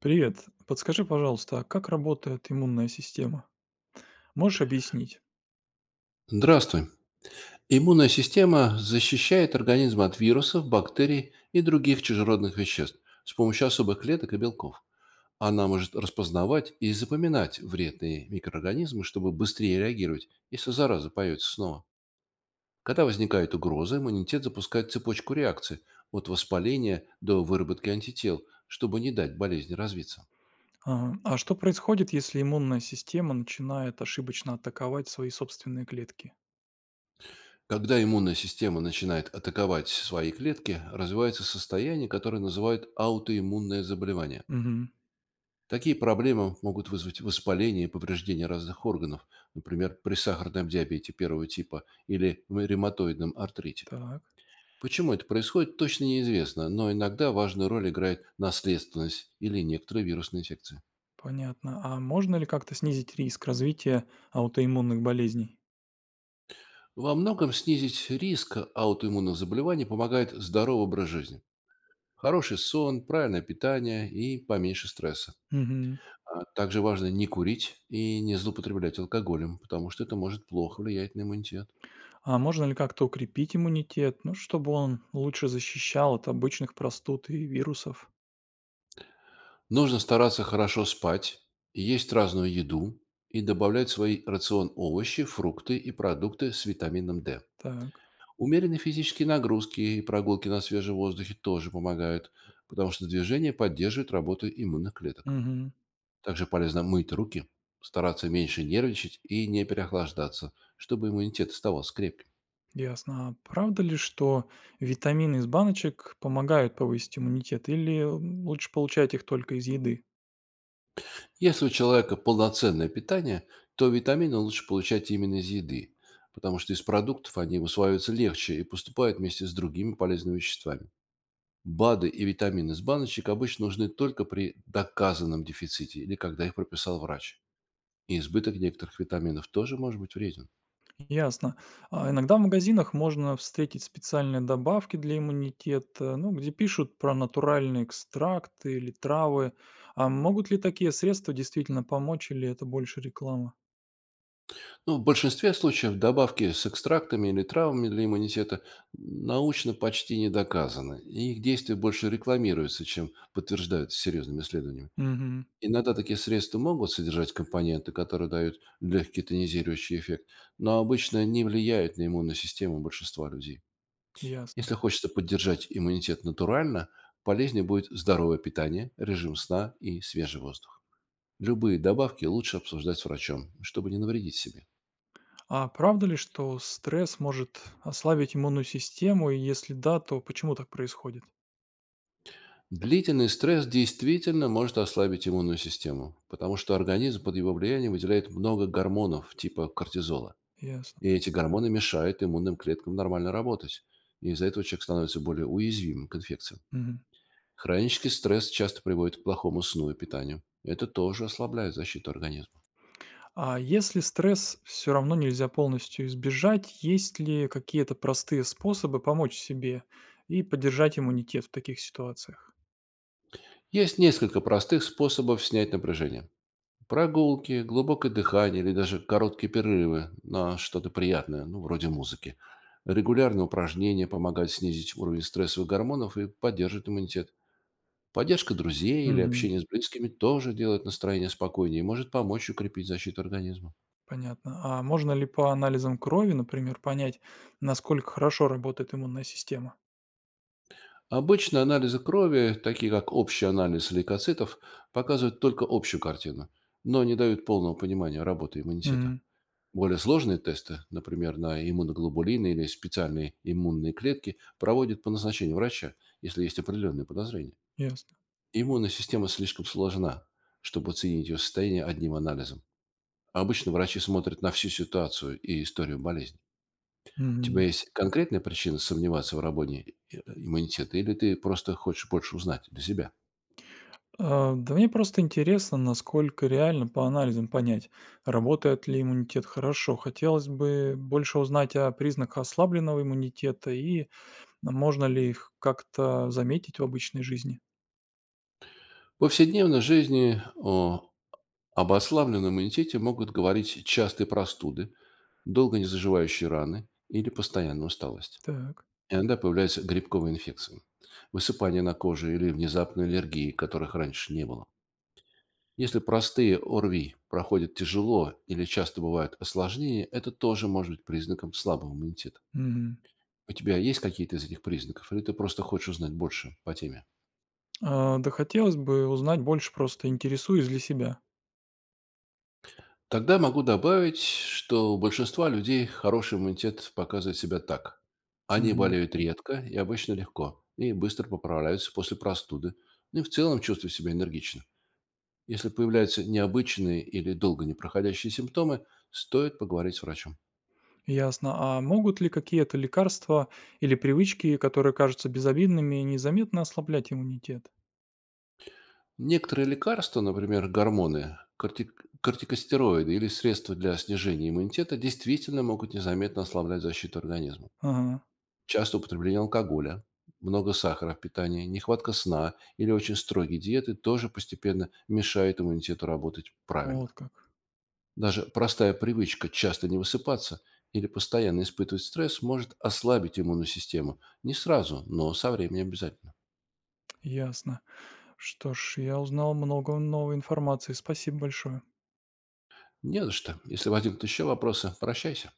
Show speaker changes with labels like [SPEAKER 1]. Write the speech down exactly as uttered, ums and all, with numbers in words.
[SPEAKER 1] Привет. Подскажи, пожалуйста, а как работает иммунная система? Можешь объяснить?
[SPEAKER 2] Здравствуй. Иммунная система защищает организм от вирусов, бактерий и других чужеродных веществ с помощью особых клеток и белков. Она может распознавать и запоминать вредные микроорганизмы, чтобы быстрее реагировать, если зараза появится снова. Когда возникает угроза, иммунитет запускает цепочку реакций от воспаления до выработки антител, чтобы не дать болезни развиться.
[SPEAKER 1] Ага. А что происходит, если иммунная система начинает ошибочно атаковать свои собственные клетки?
[SPEAKER 2] Когда иммунная система начинает атаковать свои клетки, развивается состояние, которое называют аутоиммунное заболевание.
[SPEAKER 1] Мгм.
[SPEAKER 2] Такие проблемы могут вызвать воспаление и повреждение разных органов, например, при сахарном диабете первого типа или в ревматоидном артрите.
[SPEAKER 1] Так,
[SPEAKER 2] Почему это происходит, точно неизвестно, но иногда важную роль играет наследственность или некоторые вирусные инфекции.
[SPEAKER 1] понятно. А можно ли как-то снизить риск развития аутоиммунных болезней?
[SPEAKER 2] Во многом снизить риск аутоиммунных заболеваний помогает здоровый образ жизни. Хороший сон, правильное питание и поменьше стресса.
[SPEAKER 1] Мгм.
[SPEAKER 2] А также важно не курить и не злоупотреблять алкоголем, потому что это может плохо влиять на иммунитет.
[SPEAKER 1] А можно ли как-то укрепить иммунитет, ну, чтобы он лучше защищал от обычных простуд и вирусов?
[SPEAKER 2] Нужно стараться хорошо спать, есть разную еду и добавлять в свой рацион овощи, фрукты и продукты с витамином дэ.
[SPEAKER 1] Так.
[SPEAKER 2] Умеренные физические нагрузки и прогулки на свежем воздухе тоже помогают, потому что движение поддерживает работу иммунных клеток.
[SPEAKER 1] Мгм.
[SPEAKER 2] Также полезно мыть руки, стараться меньше нервничать и не переохлаждаться, чтобы иммунитет оставался крепким.
[SPEAKER 1] Ясно. А правда ли, что витамины из баночек помогают повысить иммунитет, или лучше получать их только из еды?
[SPEAKER 2] Если у человека полноценное питание, то витамины лучше получать именно из еды, потому что из продуктов они усваиваются легче и поступают вместе с другими полезными веществами. БАДы и витамины с баночек обычно нужны только при доказанном дефиците или когда их прописал врач. И избыток некоторых витаминов тоже может быть вреден.
[SPEAKER 1] Ясно. А иногда в магазинах можно встретить специальные добавки для иммунитета, ну, где пишут про натуральные экстракты или травы. А могут ли такие средства действительно помочь, или это больше реклама?
[SPEAKER 2] Но в большинстве случаев добавки с экстрактами или травами для иммунитета научно почти не доказаны, и их действие больше рекламируется, чем подтверждаются серьезными исследованиями.
[SPEAKER 1] Угу,
[SPEAKER 2] Иногда такие средства могут содержать компоненты, которые дают легкий тонизирующий эффект, но обычно не влияют на иммунную систему большинства людей.
[SPEAKER 1] ясно.
[SPEAKER 2] Если хочется поддержать иммунитет натурально, полезнее будет здоровое питание, режим сна и свежий воздух. Любые добавки лучше обсуждать с врачом, чтобы не навредить себе.
[SPEAKER 1] А правда ли, что стресс может ослабить иммунную систему, и если да, то почему так происходит?
[SPEAKER 2] Длительный стресс действительно может ослабить иммунную систему, потому что организм под его влиянием выделяет много гормонов типа кортизола.
[SPEAKER 1] Ясно.
[SPEAKER 2] И эти гормоны мешают иммунным клеткам нормально работать. И из-за этого человек становится более уязвимым к инфекциям.
[SPEAKER 1] Мгм.
[SPEAKER 2] Хронический стресс часто приводит к плохому сну и питанию. Это тоже ослабляет защиту организма.
[SPEAKER 1] А если стресс все равно нельзя полностью избежать, есть ли какие-то простые способы помочь себе и поддержать иммунитет в таких ситуациях?
[SPEAKER 2] Есть несколько простых способов снять напряжение. Прогулки, глубокое дыхание или даже короткие перерывы на что-то приятное, ну, вроде музыки. Регулярные упражнения помогают снизить уровень стрессовых гормонов и поддерживать иммунитет. Поддержка друзей или
[SPEAKER 1] Мгм.
[SPEAKER 2] общение с близкими тоже делает настроение спокойнее и может помочь укрепить защиту организма.
[SPEAKER 1] Понятно. А можно ли по анализам крови, например, понять, насколько хорошо работает иммунная система?
[SPEAKER 2] Обычно анализы крови, такие как общий анализ лейкоцитов, показывают только общую картину, но не дают полного понимания работы иммунитета.
[SPEAKER 1] Мгм.
[SPEAKER 2] Более сложные тесты, например, на иммуноглобулины или специальные иммунные клетки, проводят по назначению врача, если есть определенные подозрения.
[SPEAKER 1] Ясно.
[SPEAKER 2] Иммунная система слишком сложна, чтобы оценить ее состояние одним анализом. Обычно врачи смотрят на всю ситуацию и историю болезни. У тебя
[SPEAKER 1] Мгм.
[SPEAKER 2] есть конкретная причина сомневаться в работе э, иммунитета или ты просто хочешь больше узнать для себя?
[SPEAKER 1] А, да мне просто интересно, насколько реально по анализам понять, работает ли иммунитет хорошо. Хотелось бы больше узнать о признаках ослабленного иммунитета и а можно ли их как-то заметить в обычной жизни?
[SPEAKER 2] В повседневной жизни о обославленном иммунитете могут говорить частые простуды, долго не заживающие раны или постоянная усталость.
[SPEAKER 1] Так.
[SPEAKER 2] Иногда появляются грибковые инфекции, высыпания на коже или внезапные аллергии, которых раньше не было. Если простые О Р В И проходят тяжело или часто бывают осложнения, это тоже может быть признаком слабого иммунитета.
[SPEAKER 1] Мгм.
[SPEAKER 2] У тебя есть какие-то из этих признаков, или ты просто хочешь узнать больше по теме?
[SPEAKER 1] А, да хотелось бы узнать больше, просто интересуюсь для себя.
[SPEAKER 2] Тогда могу добавить, что у большинства людей хороший иммунитет показывает себя так. Они
[SPEAKER 1] Мгм.
[SPEAKER 2] болеют редко и обычно легко, и быстро поправляются после простуды, ну и в целом чувствуют себя энергично. Если появляются необычные или долго не проходящие симптомы, стоит поговорить с врачом.
[SPEAKER 1] Ясно. А могут ли какие-то лекарства или привычки, которые кажутся безобидными, незаметно ослаблять иммунитет?
[SPEAKER 2] Некоторые лекарства, например, гормоны, корти- кортикостероиды или средства для снижения иммунитета, действительно могут незаметно ослаблять защиту организма.
[SPEAKER 1] Ага,
[SPEAKER 2] Частое употребление алкоголя, много сахара в питании, нехватка сна или очень строгие диеты тоже постепенно мешают иммунитету работать
[SPEAKER 1] вот
[SPEAKER 2] правильно.
[SPEAKER 1] как.
[SPEAKER 2] Даже простая привычка часто не высыпаться или постоянно испытывать стресс может ослабить иммунную систему. Не сразу, но со временем обязательно.
[SPEAKER 1] Ясно. Что ж, я узнал много новой информации. Спасибо большое.
[SPEAKER 2] Не за что. Если возникнут еще вопросы, прощайся.